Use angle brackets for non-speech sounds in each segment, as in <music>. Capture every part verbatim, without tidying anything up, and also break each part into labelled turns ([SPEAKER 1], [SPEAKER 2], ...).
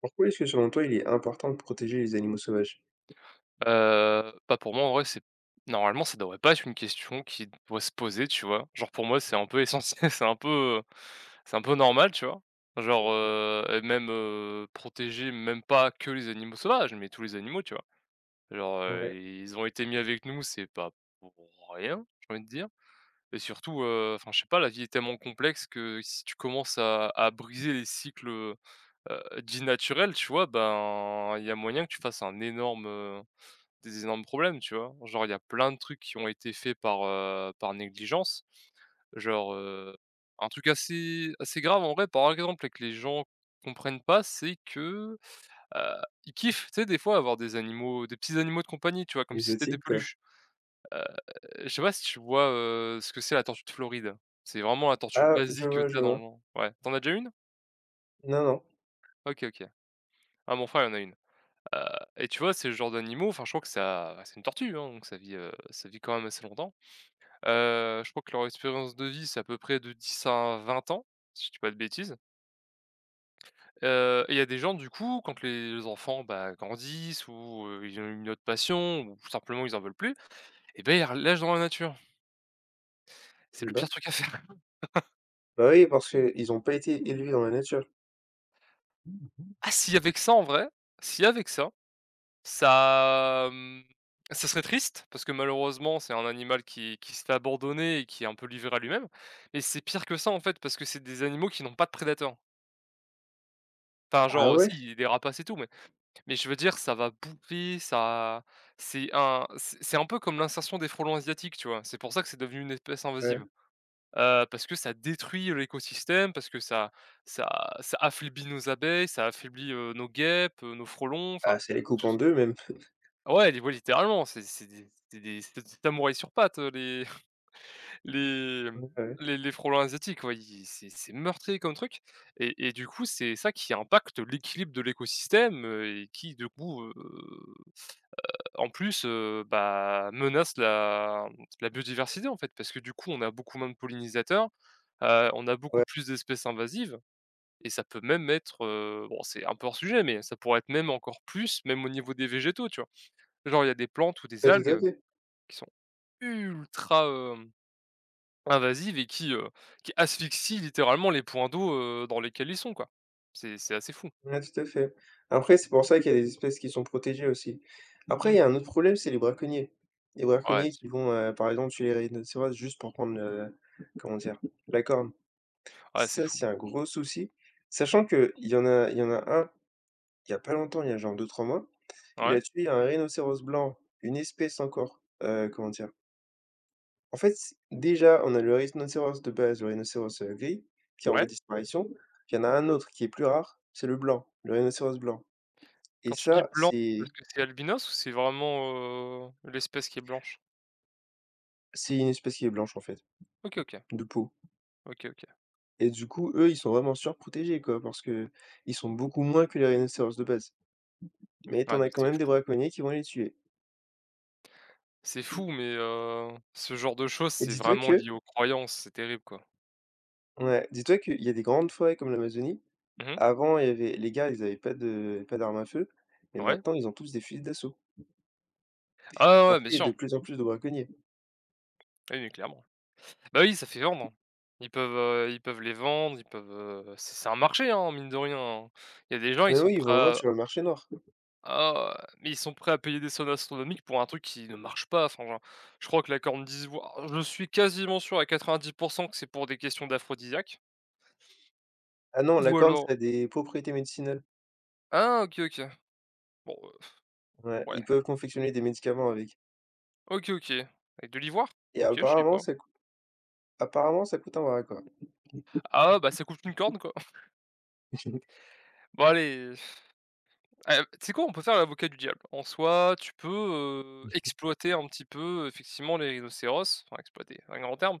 [SPEAKER 1] Pourquoi est-ce que selon toi, il est important de protéger les animaux sauvages?
[SPEAKER 2] Heu, bah, pour moi, en vrai, c'est normalement, ça devrait pas être une question qui doit se poser, tu vois? Genre, pour moi, c'est un peu essentiel, <laughs> c'est un peu, c'est un peu normal, tu vois? Genre, heu et même, heu, protéger même pas que les animaux sauvages, mais tous les animaux, tu vois? Genre, heu,
[SPEAKER 1] Ouais,
[SPEAKER 2] ils ont été mis avec nous, c'est pas pour rien, j'ai envie de dire. Et surtout, heu, enfin, je sais pas, la vie est tellement complexe que si tu commences à à briser les cycles, heu dits naturels, tu vois? Ben, il y a moyen que tu fasses un énorme, des énormes problèmes, tu vois? Genre, il y a plein de trucs qui ont été faits par, heu, par négligence. Genre, heu, un truc assez assez grave en vrai, par exemple, et que les gens comprennent pas, c'est que, heu, ils kiffent, tu sais, des fois avoir des animaux des petits animaux de compagnie, tu vois? Comme si c'était des
[SPEAKER 1] exotiques, quoi.
[SPEAKER 2] peluches. Heu, je sais pas si tu vois, heu, ce que c'est, la tortue de Floride? C'est vraiment la tortue
[SPEAKER 1] Ah, je
[SPEAKER 2] basique que
[SPEAKER 1] vois,
[SPEAKER 2] tu
[SPEAKER 1] je
[SPEAKER 2] as dans
[SPEAKER 1] vois.
[SPEAKER 2] le ouais, t'en as déjà une?
[SPEAKER 1] Non, non.
[SPEAKER 2] OK, OK. Ah, mon frère, il en a une. Heu et tu vois, c'est le genre d'animaux, enfin, je crois que ça bah, c'est une tortue, hein, donc ça vit, heu, ça vit quand même assez longtemps. Heu, je crois que leur expérience de vie, c'est à peu près de dix à vingt ans, si je dis pas de bêtises. Heu, et il y a des gens, du coup, quand les enfants, bah, grandissent ou, heu, ils ont une autre passion ou simplement ils en veulent plus, et ben ils la relâchent dans la nature. C'est
[SPEAKER 1] Eh
[SPEAKER 2] le pire
[SPEAKER 1] ben.
[SPEAKER 2] truc à faire. <laughs>
[SPEAKER 1] Bah oui, parce qu'ils ont pas été élevés dans la nature.
[SPEAKER 2] Ah si avec ça en vrai, si avec ça, ça, mmh, ça serait triste parce que malheureusement, c'est un animal qui qui se fait abandonner et qui est un peu livré à lui-même, mais c'est pire que ça, en fait, parce que c'est des animaux qui n'ont pas de prédateurs. Enfin genre,
[SPEAKER 1] Ah ouais?
[SPEAKER 2] aussi des rapaces et tout, mais Mais je veux dire, ça va boucler. Ça, c'est un c'est c'est un peu comme l'insertion des frelons asiatiques, tu vois? C'est pour ça que c'est devenu une espèce
[SPEAKER 1] Ouais.
[SPEAKER 2] invasive, heu, parce que ça détruit l'écosystème, parce que ça ça ça affaiblit nos abeilles, ça affaiblit, heu, nos guêpes, heu, nos frelons, enfin,
[SPEAKER 1] Ah, ça les coupe
[SPEAKER 2] tu
[SPEAKER 1] en deux même. <laughs>
[SPEAKER 2] ouais, li ouais, littéralement, c'est c'est des c'est des c'est des samouraïs sur pattes, heu, les <laughs> les,
[SPEAKER 1] Ouais,
[SPEAKER 2] mmh,
[SPEAKER 1] ouais.
[SPEAKER 2] les les frelons asiatiques, ouais, ils c'est c'est meurtrier comme truc. Et et du coup, c'est ça qui impacte l'équilibre de l'écosystème, heu et qui, du coup, heu en plus, heu, bah, menace la la biodiversité, en fait, parce que du coup, on a beaucoup moins de pollinisateurs, heu, on a beaucoup
[SPEAKER 1] Ouais,
[SPEAKER 2] plus d'espèces invasives, et ça peut même être, heu, bon, c'est un peu hors sujet, mais ça pourrait être même encore plus, même au niveau des végétaux, tu vois? Genre, il y a des plantes ou des
[SPEAKER 1] ouais, tout à
[SPEAKER 2] algues
[SPEAKER 1] fait.
[SPEAKER 2] qui sont ultra, hem, invasives, et qui, heu, qui asphyxient littéralement les points d'eau, heu, dans lesquels ils sont, quoi. C'est c'est assez fou.
[SPEAKER 1] Ouais, tout à fait. Après, c'est pour ça qu'il y a des espèces qui sont protégées aussi. Après, il
[SPEAKER 2] Mmh.
[SPEAKER 1] y a un autre problème, c'est les braconniers. Les
[SPEAKER 2] Ouais.
[SPEAKER 1] braconniers qui vont, euh, par exemple, tuer les rhinocéros juste pour prendre le, comment dire, la corne.
[SPEAKER 2] Ouais, c'est
[SPEAKER 1] Ça,
[SPEAKER 2] fou.
[SPEAKER 1] c'est un gros souci. Sachant que il y en a, il y en a un. Il y a pas longtemps, il y a genre deux trois mois, il
[SPEAKER 2] Ouais,
[SPEAKER 1] a tué un rhinocéros blanc, une espèce encore, heu, comment dire? En fait, c déjà, on a le rhinocéros de base, le rhinocéros, heu, gris, qui est en voie
[SPEAKER 2] ouais.
[SPEAKER 1] de disparition. Il y en a un autre qui est plus rare, c'est le blanc, le rhinocéros blanc et
[SPEAKER 2] Quand tu dis
[SPEAKER 1] ça,
[SPEAKER 2] blanc, c'est parce
[SPEAKER 1] c'est
[SPEAKER 2] que c'est albinos ou c'est vraiment, heu, l'espèce qui est blanche?
[SPEAKER 1] c'est une espèce qui est blanche, en fait,
[SPEAKER 2] OK, OK.
[SPEAKER 1] de peau
[SPEAKER 2] OK, OK.
[SPEAKER 1] et du coup, eux, ils sont vraiment surprotégés, quoi, parce qu'ils sont beaucoup moins que les rhinocéros de base. Mais tu
[SPEAKER 2] Ah
[SPEAKER 1] en
[SPEAKER 2] mais
[SPEAKER 1] as quand
[SPEAKER 2] c'est
[SPEAKER 1] même des
[SPEAKER 2] fou.
[SPEAKER 1] braconniers qui vont les tuer
[SPEAKER 2] C'est fou, mais heu, ce genre de choses,
[SPEAKER 1] et
[SPEAKER 2] c'est
[SPEAKER 1] dis-toi
[SPEAKER 2] vraiment
[SPEAKER 1] que
[SPEAKER 2] lié aux croyances, c'est terrible, quoi.
[SPEAKER 1] ouais, dis-toi qu'il y a des grandes forêts comme l'Amazonie.
[SPEAKER 2] Mmh.
[SPEAKER 1] Avant, il y avait les gars, ils avaient pas de pas d'armes à feu et
[SPEAKER 2] Ouais.
[SPEAKER 1] maintenant, ils ont tous des fusils d'assaut.
[SPEAKER 2] Ah ouais,
[SPEAKER 1] Et
[SPEAKER 2] ouais,
[SPEAKER 1] ensuite,
[SPEAKER 2] bien
[SPEAKER 1] il y a de
[SPEAKER 2] sûr.
[SPEAKER 1] plus en plus de braconniers.
[SPEAKER 2] Oui, oui, clairement. Bah oui, ça fait vendre, hein. Ils peuvent, heu, ils peuvent les vendre, ils peuvent, heu, c'est c'est un marché, hein, mine de rien, hein. Il y a des gens,
[SPEAKER 1] Ah,
[SPEAKER 2] ils
[SPEAKER 1] mais
[SPEAKER 2] sont
[SPEAKER 1] oui, ils
[SPEAKER 2] prêts
[SPEAKER 1] vont le vendre
[SPEAKER 2] à
[SPEAKER 1] sur le marché noir.
[SPEAKER 2] ah, mais ils sont prêts à payer des sommes astronomiques pour un truc qui ne marche pas. Enfin, genre, je crois que la corne d'ivoire, je suis quasiment sûr à quatre-vingt-dix que c'est pour des questions d'aphrodisiaque.
[SPEAKER 1] Ah non, la
[SPEAKER 2] Ou
[SPEAKER 1] corne,
[SPEAKER 2] alors
[SPEAKER 1] ça a des propriétés médicinales.
[SPEAKER 2] ah OK, OK. Bon, heu,
[SPEAKER 1] Ouais,
[SPEAKER 2] ouais.
[SPEAKER 1] ils peuvent confectionner des médicaments avec
[SPEAKER 2] OK, OK. Avec de l'ivoire?
[SPEAKER 1] et
[SPEAKER 2] OK, je sais
[SPEAKER 1] apparemment,
[SPEAKER 2] pas.
[SPEAKER 1] ça coûte apparemment, ça coûte un bras-le-corps.
[SPEAKER 2] Ah, bah, ça coûte une corne, quoi. <laughs> Bon allez. Ah, tu sais quoi? On peut faire l'avocat du diable. En soi, tu peux, heu, exploiter un petit peu, effectivement, les rhinocéros, enfin exploiter, un grand terme,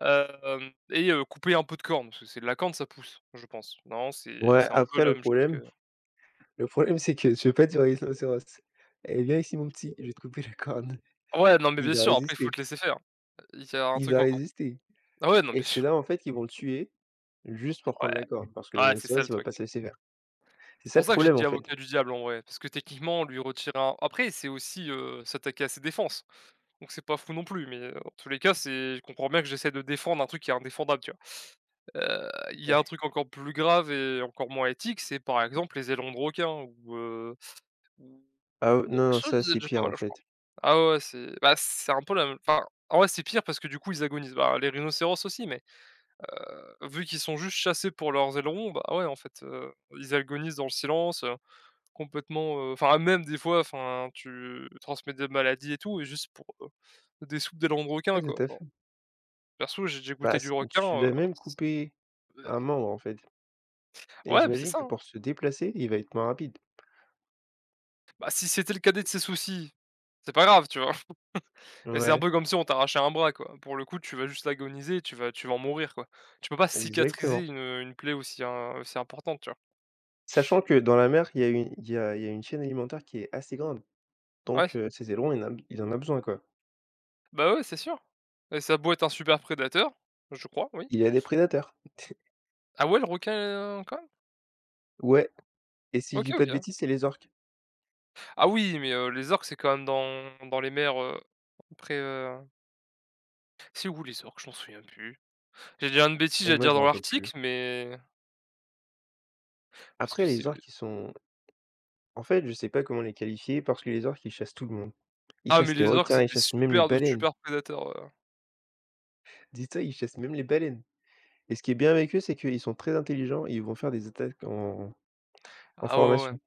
[SPEAKER 2] hem et heu, couper un peu de corne, parce que c'est de la corne, ça pousse, je pense. Non, c'est
[SPEAKER 1] Ouais,
[SPEAKER 2] c'est un peu
[SPEAKER 1] après
[SPEAKER 2] la
[SPEAKER 1] le
[SPEAKER 2] même chose que
[SPEAKER 1] problème le problème, c'est que je veux pas dire à Isla: «Eh viens ici mon petit, je vais te couper la corne».
[SPEAKER 2] ouais, non, mais
[SPEAKER 1] Il
[SPEAKER 2] bien
[SPEAKER 1] va
[SPEAKER 2] sûr, après il faut te
[SPEAKER 1] résister,
[SPEAKER 2] laisser faire. Il y a un
[SPEAKER 1] il
[SPEAKER 2] truc
[SPEAKER 1] va
[SPEAKER 2] encore
[SPEAKER 1] résister
[SPEAKER 2] ah ouais, non,
[SPEAKER 1] et
[SPEAKER 2] bien
[SPEAKER 1] c'est
[SPEAKER 2] sûr,
[SPEAKER 1] là, en fait, qu'ils vont le tuer juste pour
[SPEAKER 2] ouais,
[SPEAKER 1] prendre la corne parce que le
[SPEAKER 2] ouais, c'est ça
[SPEAKER 1] rhinocéros,
[SPEAKER 2] le
[SPEAKER 1] il va
[SPEAKER 2] truc.
[SPEAKER 1] pas se laisser faire. C'est
[SPEAKER 2] C'est
[SPEAKER 1] ça
[SPEAKER 2] pour
[SPEAKER 1] le
[SPEAKER 2] ça que j'ai
[SPEAKER 1] problème,
[SPEAKER 2] dit
[SPEAKER 1] en fait.
[SPEAKER 2] avocat du diable, en vrai, parce que techniquement, lui retirer un après c'est aussi, heu, s'attaquer à ses défenses, donc c'est pas fou non plus, mais, heu, en tous les cas, c'est je comprends bien que j'essaie de défendre un truc qui est indéfendable, tu vois? Heu, il y a un
[SPEAKER 1] Ouais.
[SPEAKER 2] truc encore plus grave et encore moins éthique, c'est par exemple les ailerons de requin ou, heu, ou
[SPEAKER 1] Ah ou
[SPEAKER 2] ou
[SPEAKER 1] non, non,
[SPEAKER 2] ça
[SPEAKER 1] ça,
[SPEAKER 2] c'est
[SPEAKER 1] c'est
[SPEAKER 2] déjà
[SPEAKER 1] pire,
[SPEAKER 2] pas
[SPEAKER 1] en
[SPEAKER 2] mal, je crois.
[SPEAKER 1] fait.
[SPEAKER 2] Ah ouais, ouais, c'est bah, c'est un peu la même, enfin, en vrai, c'est pire parce que du coup, ils agonisent. Bah, les rhinocéros aussi, mais, heu, vu qu'ils sont juste chassés pour leurs ailerons, bah, ouais, en fait, heu, ils agonisent dans le silence, heu, complètement, heu, enfin, même des fois, enfin, tu transmets des maladies et tout, et juste pour, heu, des soupes d'ailerons de requin,
[SPEAKER 1] Ouais,
[SPEAKER 2] quoi.
[SPEAKER 1] tout à
[SPEAKER 2] Alors
[SPEAKER 1] fait.
[SPEAKER 2] perso, j'ai déjà goûté
[SPEAKER 1] Bah,
[SPEAKER 2] du
[SPEAKER 1] c tu
[SPEAKER 2] requin, heu,
[SPEAKER 1] l'as même
[SPEAKER 2] c'est
[SPEAKER 1] coupé un membre, en fait et
[SPEAKER 2] ouais, mais c'est
[SPEAKER 1] j'imagine
[SPEAKER 2] ça,
[SPEAKER 1] que
[SPEAKER 2] hein.
[SPEAKER 1] pour se déplacer, il va être moins rapide.
[SPEAKER 2] Bah, si c'était le cadet de ses soucis, c'est pas grave, tu vois? <laughs> Mais c'est un
[SPEAKER 1] Ouais,
[SPEAKER 2] peu comme si on t'arrachait un bras, quoi. Pour le coup, tu vas juste agoniser, tu vas tu vas en mourir, quoi. Tu peux pas cicatriser
[SPEAKER 1] exactement.
[SPEAKER 2] une, une plaie aussi im aussi importante, tu vois?
[SPEAKER 1] Sachant que dans la mer, il y a une il y a il y a une chaîne alimentaire qui est assez grande, donc
[SPEAKER 2] Ouais,
[SPEAKER 1] heu, ses ailerons, il en a il en a besoin, quoi.
[SPEAKER 2] bah, ouais, c'est sûr. Et ça a beau être un super prédateur, je crois, oui.
[SPEAKER 1] Il y a des prédateurs. <laughs>
[SPEAKER 2] Ah ouais, le requin, heu, quand même?
[SPEAKER 1] Ouais et si je
[SPEAKER 2] OK,
[SPEAKER 1] dis pas de
[SPEAKER 2] OK.
[SPEAKER 1] bêtises, c'est les orques,
[SPEAKER 2] Ah oui, mais heu, les orques, c'est quand même dans dans les mers, heu, près, heu c'est où les orques? Je m'en souviens plus. J'ai dit une bêtise,
[SPEAKER 1] mais
[SPEAKER 2] j'allais
[SPEAKER 1] moi,
[SPEAKER 2] dire
[SPEAKER 1] je me
[SPEAKER 2] dans
[SPEAKER 1] rappelle plus.
[SPEAKER 2] l'Arctique, mais parce que
[SPEAKER 1] Après
[SPEAKER 2] c'est
[SPEAKER 1] les orques, ils sont en fait, je sais pas comment les qualifier parce que les orques, ils chassent tout le monde. Ils
[SPEAKER 2] ah mais
[SPEAKER 1] chassent les
[SPEAKER 2] les orques,
[SPEAKER 1] requins,
[SPEAKER 2] c'est
[SPEAKER 1] ils
[SPEAKER 2] des
[SPEAKER 1] chassent même les
[SPEAKER 2] super de
[SPEAKER 1] baleines.
[SPEAKER 2] super prédateurs, ouais.
[SPEAKER 1] Dis-toi, ils chassent même les baleines. Et ce qui est bien avec eux, c'est qu'ils sont très intelligents et ils vont faire des attaques en en
[SPEAKER 2] Ah ouais, ouais, ouais.
[SPEAKER 1] formation.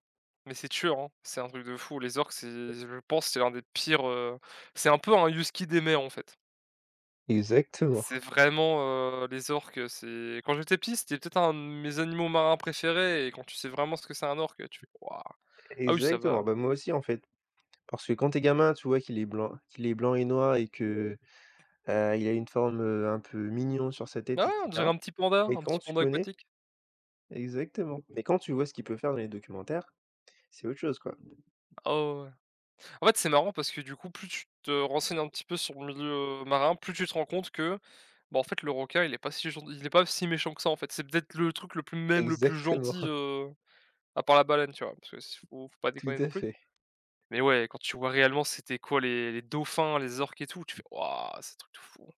[SPEAKER 2] Mais c'est tueur, hein. C'est un truc de fou. Les orques, c'est je pense, c'est l'un des pires, heu, c'est un peu un husky des mers, en fait.
[SPEAKER 1] Exactement,
[SPEAKER 2] C'est vraiment, heu, les orques, c'est quand j'étais petit, c'était peut-être un de mes animaux marins préférés. Et quand tu sais vraiment ce que c'est un orque, tu fais: «Waouh! Ah oui, ça va».
[SPEAKER 1] exactement. Bah, moi aussi, en fait. Parce que quand tu gamin, tu vois qu'il est blanc qu'il est blanc et noir et que, heu, il a une forme, heu, un peu mignon sur sa
[SPEAKER 2] Ah
[SPEAKER 1] tête
[SPEAKER 2] ouais,
[SPEAKER 1] et
[SPEAKER 2] on dirait un
[SPEAKER 1] cetera.
[SPEAKER 2] petit panda,
[SPEAKER 1] Mais
[SPEAKER 2] un petit
[SPEAKER 1] quand tu
[SPEAKER 2] panda
[SPEAKER 1] connais
[SPEAKER 2] aquatique.
[SPEAKER 1] exactement. Mais quand tu vois ce qu'il peut faire dans les documentaires, c'est autre chose, quoi.
[SPEAKER 2] Ah ouais, ouais. En fait, c'est marrant parce que du coup, plus tu te renseignes un petit peu sur le milieu, heu, marin, plus tu te rends compte que, bah, en fait, le requin, il est pas si gen il est pas si méchant que ça, en fait. C'est peut-être le truc le plus même le plus
[SPEAKER 1] Exactement,
[SPEAKER 2] gentil,
[SPEAKER 1] <laughs>
[SPEAKER 2] à part la baleine, tu vois? Parce que s faut faut pas
[SPEAKER 1] tout
[SPEAKER 2] déconner non
[SPEAKER 1] à
[SPEAKER 2] plus.
[SPEAKER 1] fait,
[SPEAKER 2] Mais ouais, quand tu vois réellement c'était quoi les les dauphins, les orques et tout, tu fais: «Waouh, c'est un truc de fou», hein.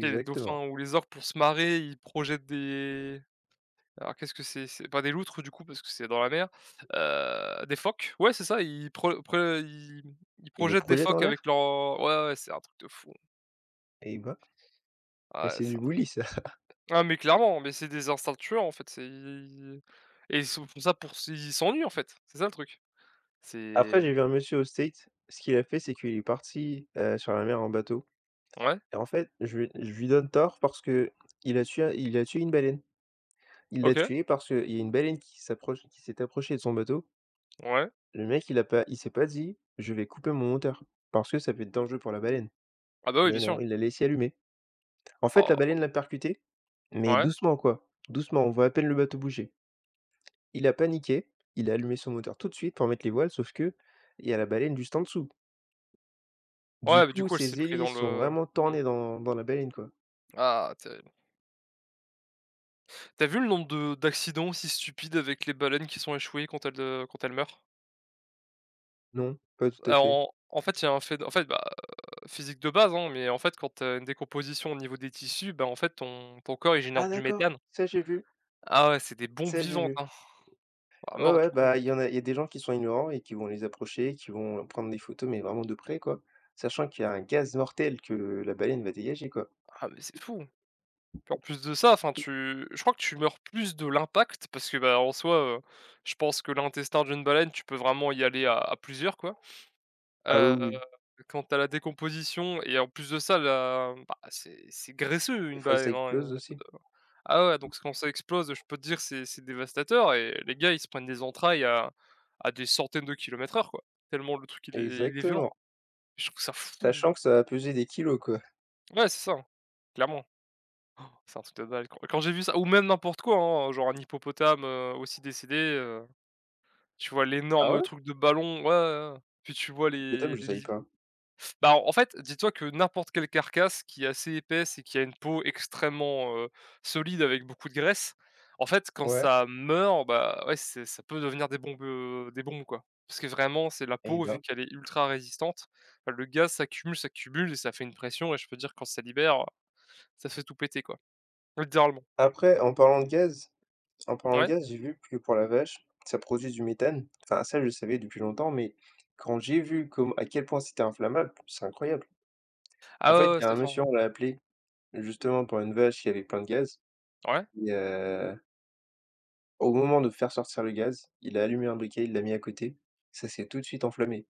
[SPEAKER 2] Tu sais, les dauphins ou les orques pour se marrer, ils projettent des alors qu'est-ce que c'est? C'est pas des loutres du coup parce que c'est dans la mer, heu, des phoques. Ouais, c'est ça, ils pro pre ils ils
[SPEAKER 1] Il les
[SPEAKER 2] projettent des
[SPEAKER 1] projette en
[SPEAKER 2] phoques
[SPEAKER 1] l'air?
[SPEAKER 2] avec leurs ouais, ouais, c'est un truc de fou.
[SPEAKER 1] Eh ben, mais
[SPEAKER 2] Ah ouais,
[SPEAKER 1] c'est
[SPEAKER 2] c'est
[SPEAKER 1] du
[SPEAKER 2] un
[SPEAKER 1] bully ça.
[SPEAKER 2] ah mais clairement, mais c'est des instincts tueurs en fait, c'est ils et ils sont font ça pour s ils s'ennuient en fait, c'est ça le truc.
[SPEAKER 1] <laughs> Après
[SPEAKER 2] C'est
[SPEAKER 1] j'ai vu un monsieur au State. Ce qu'il a fait, c'est qu'il est parti, heu, sur la mer en bateau.
[SPEAKER 2] ouais,
[SPEAKER 1] Et en fait, je lui je lui donne tort parce que il a tué il a tué une baleine. Il l'a
[SPEAKER 2] OK,
[SPEAKER 1] tué parce qu'il y a une baleine qui s'approche qui s'est approchée de son bateau.
[SPEAKER 2] ouais.
[SPEAKER 1] Le mec, il a pas il s'est pas dit: «Je vais couper mon moteur» parce que ça peut être dangereux pour la baleine.
[SPEAKER 2] Ah bah oui, bien
[SPEAKER 1] Mais non,
[SPEAKER 2] sûr.
[SPEAKER 1] il l'a laissé allumer. En fait,
[SPEAKER 2] Oh,
[SPEAKER 1] la baleine l'a percuté, mais
[SPEAKER 2] ouais.
[SPEAKER 1] doucement, quoi. Doucement, on voit à peine le bateau bouger. Il a paniqué, il a allumé son moteur tout de suite pour mettre les voiles, sauf que il y a la baleine juste en dessous. Du
[SPEAKER 2] Ouais, mais du
[SPEAKER 1] coup,
[SPEAKER 2] coup, elle s'est
[SPEAKER 1] ses
[SPEAKER 2] pris dans
[SPEAKER 1] hélices sont
[SPEAKER 2] le
[SPEAKER 1] vraiment
[SPEAKER 2] mmh.
[SPEAKER 1] tournées dans dans la baleine, quoi.
[SPEAKER 2] Ah, terrible. Tu vu le nombre de d'accidents aussi stupides avec les baleines qui sont échouées quand elles, heu, quand elles meurent?
[SPEAKER 1] Non, pas tout à
[SPEAKER 2] Alors
[SPEAKER 1] fait.
[SPEAKER 2] en en fait, il y a un fait en fait, bah, physique de base, hein, mais en fait, quand t'as une décomposition au niveau des tissus, bah, en fait, ton ton corps, il génère
[SPEAKER 1] Ah
[SPEAKER 2] du
[SPEAKER 1] d'accord,
[SPEAKER 2] méthane.
[SPEAKER 1] ça j'ai vu.
[SPEAKER 2] Ah ouais, c'est des bombes
[SPEAKER 1] Ça, j'ai
[SPEAKER 2] vivantes,
[SPEAKER 1] vu.
[SPEAKER 2] hein. À
[SPEAKER 1] Ouais,
[SPEAKER 2] mort, du
[SPEAKER 1] ouais,
[SPEAKER 2] coup, mais
[SPEAKER 1] bah, il y en a il y a des gens qui sont ignorants et qui vont les approcher, qui vont prendre des photos, mais vraiment de près, quoi. Sachant qu'il y a un gaz mortel que la baleine va dégager, quoi.
[SPEAKER 2] ah mais c'est fou. Puis en plus de ça, enfin, tu je crois que tu meurs plus de l'impact parce que, bah, en soi, heu, je pense que l'intestin d'une baleine, tu peux vraiment y aller à à plusieurs, quoi.
[SPEAKER 1] Ah oui,
[SPEAKER 2] Heu,
[SPEAKER 1] oui,
[SPEAKER 2] quant à la décomposition et en plus de ça, la bah, c'est c'est graisseux
[SPEAKER 1] des
[SPEAKER 2] une
[SPEAKER 1] fois ça
[SPEAKER 2] baleine, hein,
[SPEAKER 1] explose
[SPEAKER 2] heu,
[SPEAKER 1] aussi.
[SPEAKER 2] ah ouais, donc quand ça explose, je peux te dire c'est c'est dévastateur et les gars, ils se prennent des entrailles à à des centaines de kilomètres heure, quoi. Tellement le truc, il est il est violent.
[SPEAKER 1] Exactement.
[SPEAKER 2] Je trouve ça fou.
[SPEAKER 1] Sachant que ça va peser des kilos, quoi.
[SPEAKER 2] Ouais, c'est ça, hein, clairement. C'est un truc de dingue. Quand quand j'ai vu ça ou même n'importe quoi, hein, genre un hippopotame, heu, aussi décédé, heu, tu vois
[SPEAKER 1] Ah
[SPEAKER 2] l'énorme
[SPEAKER 1] ouais?
[SPEAKER 2] truc de ballon, ouais, ouais, ouais. Puis tu vois
[SPEAKER 1] Peut-être,
[SPEAKER 2] les
[SPEAKER 1] je
[SPEAKER 2] les
[SPEAKER 1] savais pas.
[SPEAKER 2] bah, en en fait, dis-toi que n'importe quelle carcasse qui est assez épaisse et qui a une peau extrêmement, heu, solide avec beaucoup de graisse, en fait, quand
[SPEAKER 1] Ouais,
[SPEAKER 2] ça meurt, bah, ouais, c'est ça peut devenir des bombes, heu, des bombes, quoi. Parce que vraiment, c'est la
[SPEAKER 1] eh
[SPEAKER 2] peau, vu
[SPEAKER 1] ben.
[SPEAKER 2] qu'elle est ultra résistante, bah, le gaz s'accumule, s'accumule et ça fait une pression et je peux dire quand ça libère, ça fait tout péter, quoi, littéralement.
[SPEAKER 1] Après, en parlant de gaz en parlant de
[SPEAKER 2] Ouais.
[SPEAKER 1] gaz, j'ai vu que pour la vache, ça produit du méthane. Enfin, ça, je le savais depuis longtemps, mais quand j'ai vu comme à quel point c'était inflammable, c'est incroyable.
[SPEAKER 2] Ah
[SPEAKER 1] En
[SPEAKER 2] ouais,
[SPEAKER 1] fait,
[SPEAKER 2] ouais, ouais,
[SPEAKER 1] il y a un
[SPEAKER 2] c'est fort, hein.
[SPEAKER 1] monsieur, on l'a appelé justement pour une vache qui avait plein de gaz.
[SPEAKER 2] Ouais.
[SPEAKER 1] Et euh, au moment de faire sortir le gaz, il a allumé un briquet, il l'a mis à côté. Ça s'est tout de suite enflammé.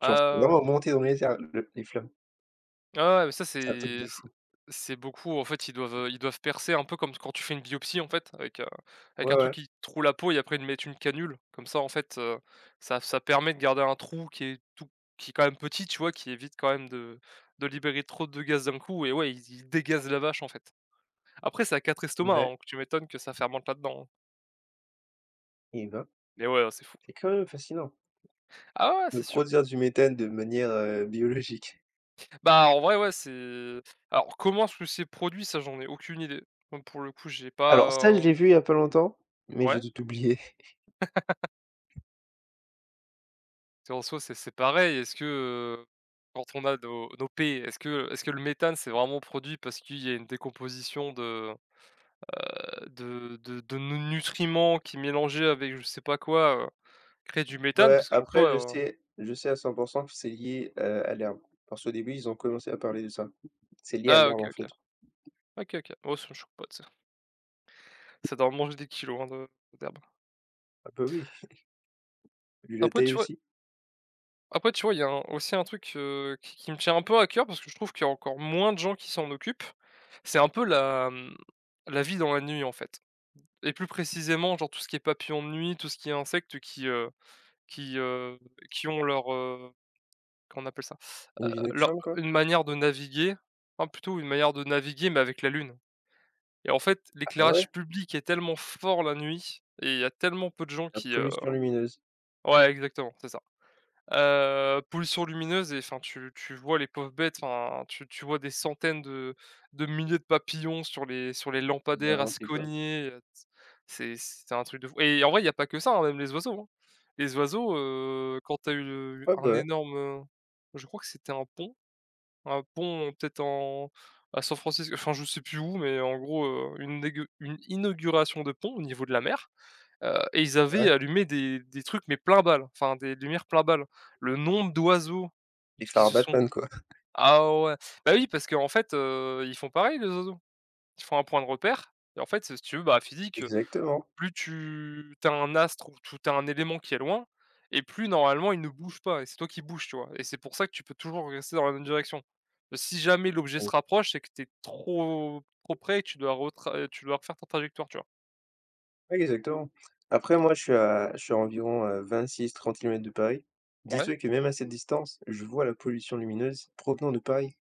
[SPEAKER 2] Ah
[SPEAKER 1] c'est
[SPEAKER 2] ouais, ouais, ouais.
[SPEAKER 1] vraiment monté dans les airs, le- les flammes.
[SPEAKER 2] Ah ouais, mais ça
[SPEAKER 1] C'est un truc
[SPEAKER 2] c'est
[SPEAKER 1] de
[SPEAKER 2] c
[SPEAKER 1] fou.
[SPEAKER 2] c'est beaucoup en fait, ils doivent, heu, ils doivent percer un peu comme quand tu fais une biopsie en fait avec, heu, avec
[SPEAKER 1] Ouais,
[SPEAKER 2] un truc
[SPEAKER 1] ouais,
[SPEAKER 2] qui troue la peau et après ils te mettent une canule. Comme ça en fait, heu, ça ça permet de garder un trou qui est tout qui est quand même petit, tu vois? Qui évite quand même de de libérer trop de gaz d'un coup et ouais, ils ils dégazent la vache en fait. Après ça a quatre estomacs, hein,
[SPEAKER 1] ouais.
[SPEAKER 2] donc tu m'étonnes que ça fermente là-dedans, hein.
[SPEAKER 1] Et ben,
[SPEAKER 2] Mais ouais, c'est fou.
[SPEAKER 1] c'est quand même fascinant
[SPEAKER 2] Ah ouais,
[SPEAKER 1] de
[SPEAKER 2] c'est sûr.
[SPEAKER 1] produire du méthane de manière euh, biologique.
[SPEAKER 2] Bah, en vrai, ouais, c'est alors comment sont ces produits? Ça, j'en ai aucune idée. Moi, pour le coup, j'ai pas,
[SPEAKER 1] Alors ça, je
[SPEAKER 2] heu
[SPEAKER 1] l'ai vu il y a pas longtemps, mais j'ai
[SPEAKER 2] ouais?
[SPEAKER 1] tout oublié. <laughs>
[SPEAKER 2] Parce qu'en soi, c'est c'est pareil. Est-ce que, heu, quand on a nos nos P, est-ce que est-ce que le méthane, c'est vraiment produit parce qu'il y a une décomposition de, heu, de de de nos nutriments qui mélangés avec je sais pas quoi, heu, crée du méthane?
[SPEAKER 1] Ouais,
[SPEAKER 2] Parce qu'en soi,
[SPEAKER 1] après je
[SPEAKER 2] heu
[SPEAKER 1] sais je sais à cent pour cent que c'est lié, heu, à l'herbe. Parce qu'au début, ils ont commencé à parler de ça. C'est lié à
[SPEAKER 2] ah
[SPEAKER 1] l'herbe,
[SPEAKER 2] OK,
[SPEAKER 1] en
[SPEAKER 2] OK.
[SPEAKER 1] fait.
[SPEAKER 2] OK, OK. Oh ça me choque pas, tu sais. Ça doit manger des kilos, hein, de d'herbe.
[SPEAKER 1] Ah bah oui, vu la
[SPEAKER 2] Après tu
[SPEAKER 1] taille
[SPEAKER 2] vois,
[SPEAKER 1] aussi.
[SPEAKER 2] après tu vois, il y a un aussi un truc, heu, qui qui me tient un peu à cœur parce que je trouve qu'il y a encore moins de gens qui s'en occupent. C'est un peu la, mmh, la vie dans la nuit, en fait. Et plus précisément, genre tout ce qui est papillon de nuit, tout ce qui est insectes qui, heu, qui, heu, qui ont leur, heu, comment appelle ça? euh,
[SPEAKER 1] Une vie
[SPEAKER 2] Leur
[SPEAKER 1] nocturne, quoi.
[SPEAKER 2] une manière de naviguer, enfin plutôt une manière de naviguer, mais avec la lune. Et en fait,
[SPEAKER 1] Ah ouais?
[SPEAKER 2] l'éclairage public est tellement fort la nuit et il y a tellement peu de gens
[SPEAKER 1] La
[SPEAKER 2] qui, heu
[SPEAKER 1] pollution lumineuse.
[SPEAKER 2] ouais exactement, c'est ça. Heu, pollution lumineuse et enfin tu tu vois les pauvres bêtes, enfin tu tu vois des centaines de de milliers de papillons sur les sur les
[SPEAKER 1] Ils ont
[SPEAKER 2] lampadaires à se
[SPEAKER 1] inventé, quoi.
[SPEAKER 2] cogner, heu, c'est c'est un truc de fou et en vrai, il y a pas que ça, hein, même les oiseaux, hein. Les oiseaux, heu, quand tu as eu le
[SPEAKER 1] Ouais, bah,
[SPEAKER 2] un
[SPEAKER 1] ouais,
[SPEAKER 2] énorme, heu, je crois que c'était un pont, un pont peut-être en à San Francisco, enfin je sais plus où, mais en gros, heu, une négue une inauguration de pont au niveau de la mer. Heu et ils avaient
[SPEAKER 1] ouais.
[SPEAKER 2] allumé des des trucs mais plein balle, enfin des lumières plein balle. Le nombre d'oiseaux
[SPEAKER 1] Les
[SPEAKER 2] qui
[SPEAKER 1] phares
[SPEAKER 2] se sont
[SPEAKER 1] Batman, quoi. <laughs>
[SPEAKER 2] ah ouais, bah oui parce qu'en fait, heu, ils font pareil les oiseaux. Ils font un point de repère et en fait, si tu veux, bah, physique,
[SPEAKER 1] Exactement.
[SPEAKER 2] plus tu tu as un astre ou tu as un élément qui est loin et plus normalement il ne bouge pas et c'est toi qui bouges, tu vois? Et c'est pour ça que tu peux toujours rester dans la même direction. Si jamais l'objet se
[SPEAKER 1] Mmh.
[SPEAKER 2] rapproche, c'est que tu es trop trop près et que tu dois retra tu dois refaire ta trajectoire, tu vois?
[SPEAKER 1] Ouais, exactement. Après moi, je suis à je suis à environ, heu, vingt-six à trente kilomètres km de Paris.
[SPEAKER 2] Ouais.
[SPEAKER 1] Dis-toi que même à cette distance, je vois la pollution lumineuse provenant de Paris.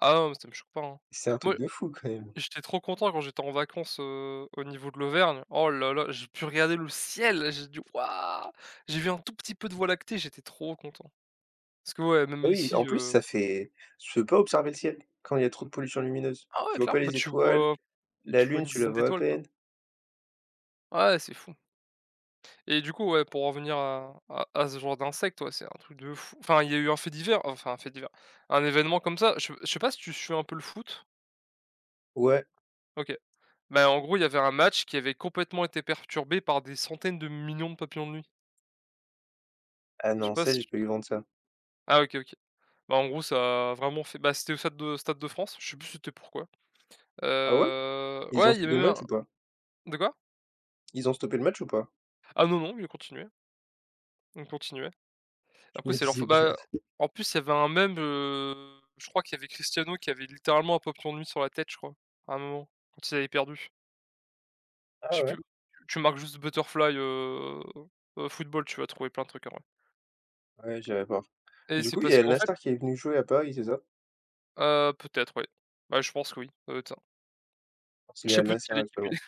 [SPEAKER 2] Ah mais ça me choque pas, hein.
[SPEAKER 1] C'est un
[SPEAKER 2] Moi
[SPEAKER 1] truc de fou, quand même.
[SPEAKER 2] J'étais trop content quand j'étais en vacances, heu, au niveau de l'Auvergne. Oh là là, j'ai pu regarder le ciel, j'ai dit: «Waouh!» J'ai vu un tout petit peu de voie lactée, j'étais trop content. Parce que ouais, même
[SPEAKER 1] Ah oui,
[SPEAKER 2] ici,
[SPEAKER 1] en plus,
[SPEAKER 2] heu
[SPEAKER 1] ça fait tu peux pas observer le ciel quand il y a trop de pollution lumineuse.
[SPEAKER 2] ah ouais,
[SPEAKER 1] Tu vois pas
[SPEAKER 2] clairement, bah,
[SPEAKER 1] les
[SPEAKER 2] tu
[SPEAKER 1] étoiles,
[SPEAKER 2] vois
[SPEAKER 1] la
[SPEAKER 2] tu vois
[SPEAKER 1] lune,
[SPEAKER 2] une
[SPEAKER 1] tu la
[SPEAKER 2] dizaine
[SPEAKER 1] vois à
[SPEAKER 2] d'étoiles, quoi.
[SPEAKER 1] peine.
[SPEAKER 2] Ouais, c'est fou et du coup, ouais, pour en revenir à à à ce genre d'insectes, ouais, c'est un truc de fou. Enfin, il y a eu un fait divers, enfin un fait divers, un événement comme ça, je je sais pas si tu suis un peu le foot?
[SPEAKER 1] Ouais.
[SPEAKER 2] OK. Bah, en gros, il y avait un match qui avait complètement été perturbé par des centaines de millions de papillons de nuit.
[SPEAKER 1] Ah
[SPEAKER 2] Je sais
[SPEAKER 1] non,
[SPEAKER 2] pas
[SPEAKER 1] ça,
[SPEAKER 2] si
[SPEAKER 1] j'ai pas eu vent de ça.
[SPEAKER 2] Ah OK, OK. Bah, en gros, ça a vraiment fait bah, c'était au Stade de Stade de France, je sais plus c'était pourquoi.
[SPEAKER 1] Ah ouais?
[SPEAKER 2] Heu,
[SPEAKER 1] Ils ont
[SPEAKER 2] ouais, il y avait
[SPEAKER 1] stoppé le
[SPEAKER 2] même
[SPEAKER 1] match
[SPEAKER 2] un
[SPEAKER 1] ou pas?
[SPEAKER 2] de quoi?
[SPEAKER 1] Ils ont stoppé le match ou pas?
[SPEAKER 2] Ah non, non, il continuait, il continuait.
[SPEAKER 1] Je
[SPEAKER 2] Après
[SPEAKER 1] me <laughs>
[SPEAKER 2] c'est leur fa
[SPEAKER 1] disais bien.
[SPEAKER 2] bah, en plus, il y avait un même. Heu, je crois qu'il y avait Cristiano qui avait littéralement un papillon de nuit sur la tête, je crois, à un moment, quand ils avaient perdu.
[SPEAKER 1] Ah
[SPEAKER 2] Je sais plus,
[SPEAKER 1] ouais?
[SPEAKER 2] tu tu marques juste butterfly, heu heu, football, tu vas trouver plein de trucs en vrai
[SPEAKER 1] Ouais, j'avais peur.
[SPEAKER 2] et
[SPEAKER 1] Du
[SPEAKER 2] c'est
[SPEAKER 1] coup, il y
[SPEAKER 2] parce
[SPEAKER 1] a El
[SPEAKER 2] qu'en fait
[SPEAKER 1] Nassr qui est venu jouer à Paris, c'est ça?
[SPEAKER 2] heu, peut-être, ouais. Bah, je pense que oui, ça doit
[SPEAKER 1] C'est
[SPEAKER 2] je
[SPEAKER 1] le
[SPEAKER 2] sais
[SPEAKER 1] Al
[SPEAKER 2] plus de
[SPEAKER 1] Nassr
[SPEAKER 2] quelle équipe
[SPEAKER 1] actuellement,
[SPEAKER 2] il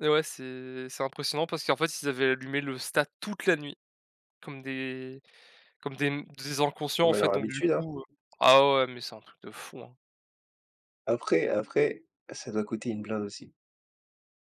[SPEAKER 2] et ouais, c'est c'est impressionnant parce qu'en fait, ils avaient allumé le stade toute la nuit, comme des comme des des inconscients, en
[SPEAKER 1] comme à
[SPEAKER 2] fait,
[SPEAKER 1] leur
[SPEAKER 2] donc du
[SPEAKER 1] habitude, hein.
[SPEAKER 2] coup, heu ah ouais, mais c'est un truc de fou, hein.
[SPEAKER 1] Après après, ça doit coûter une blinde aussi.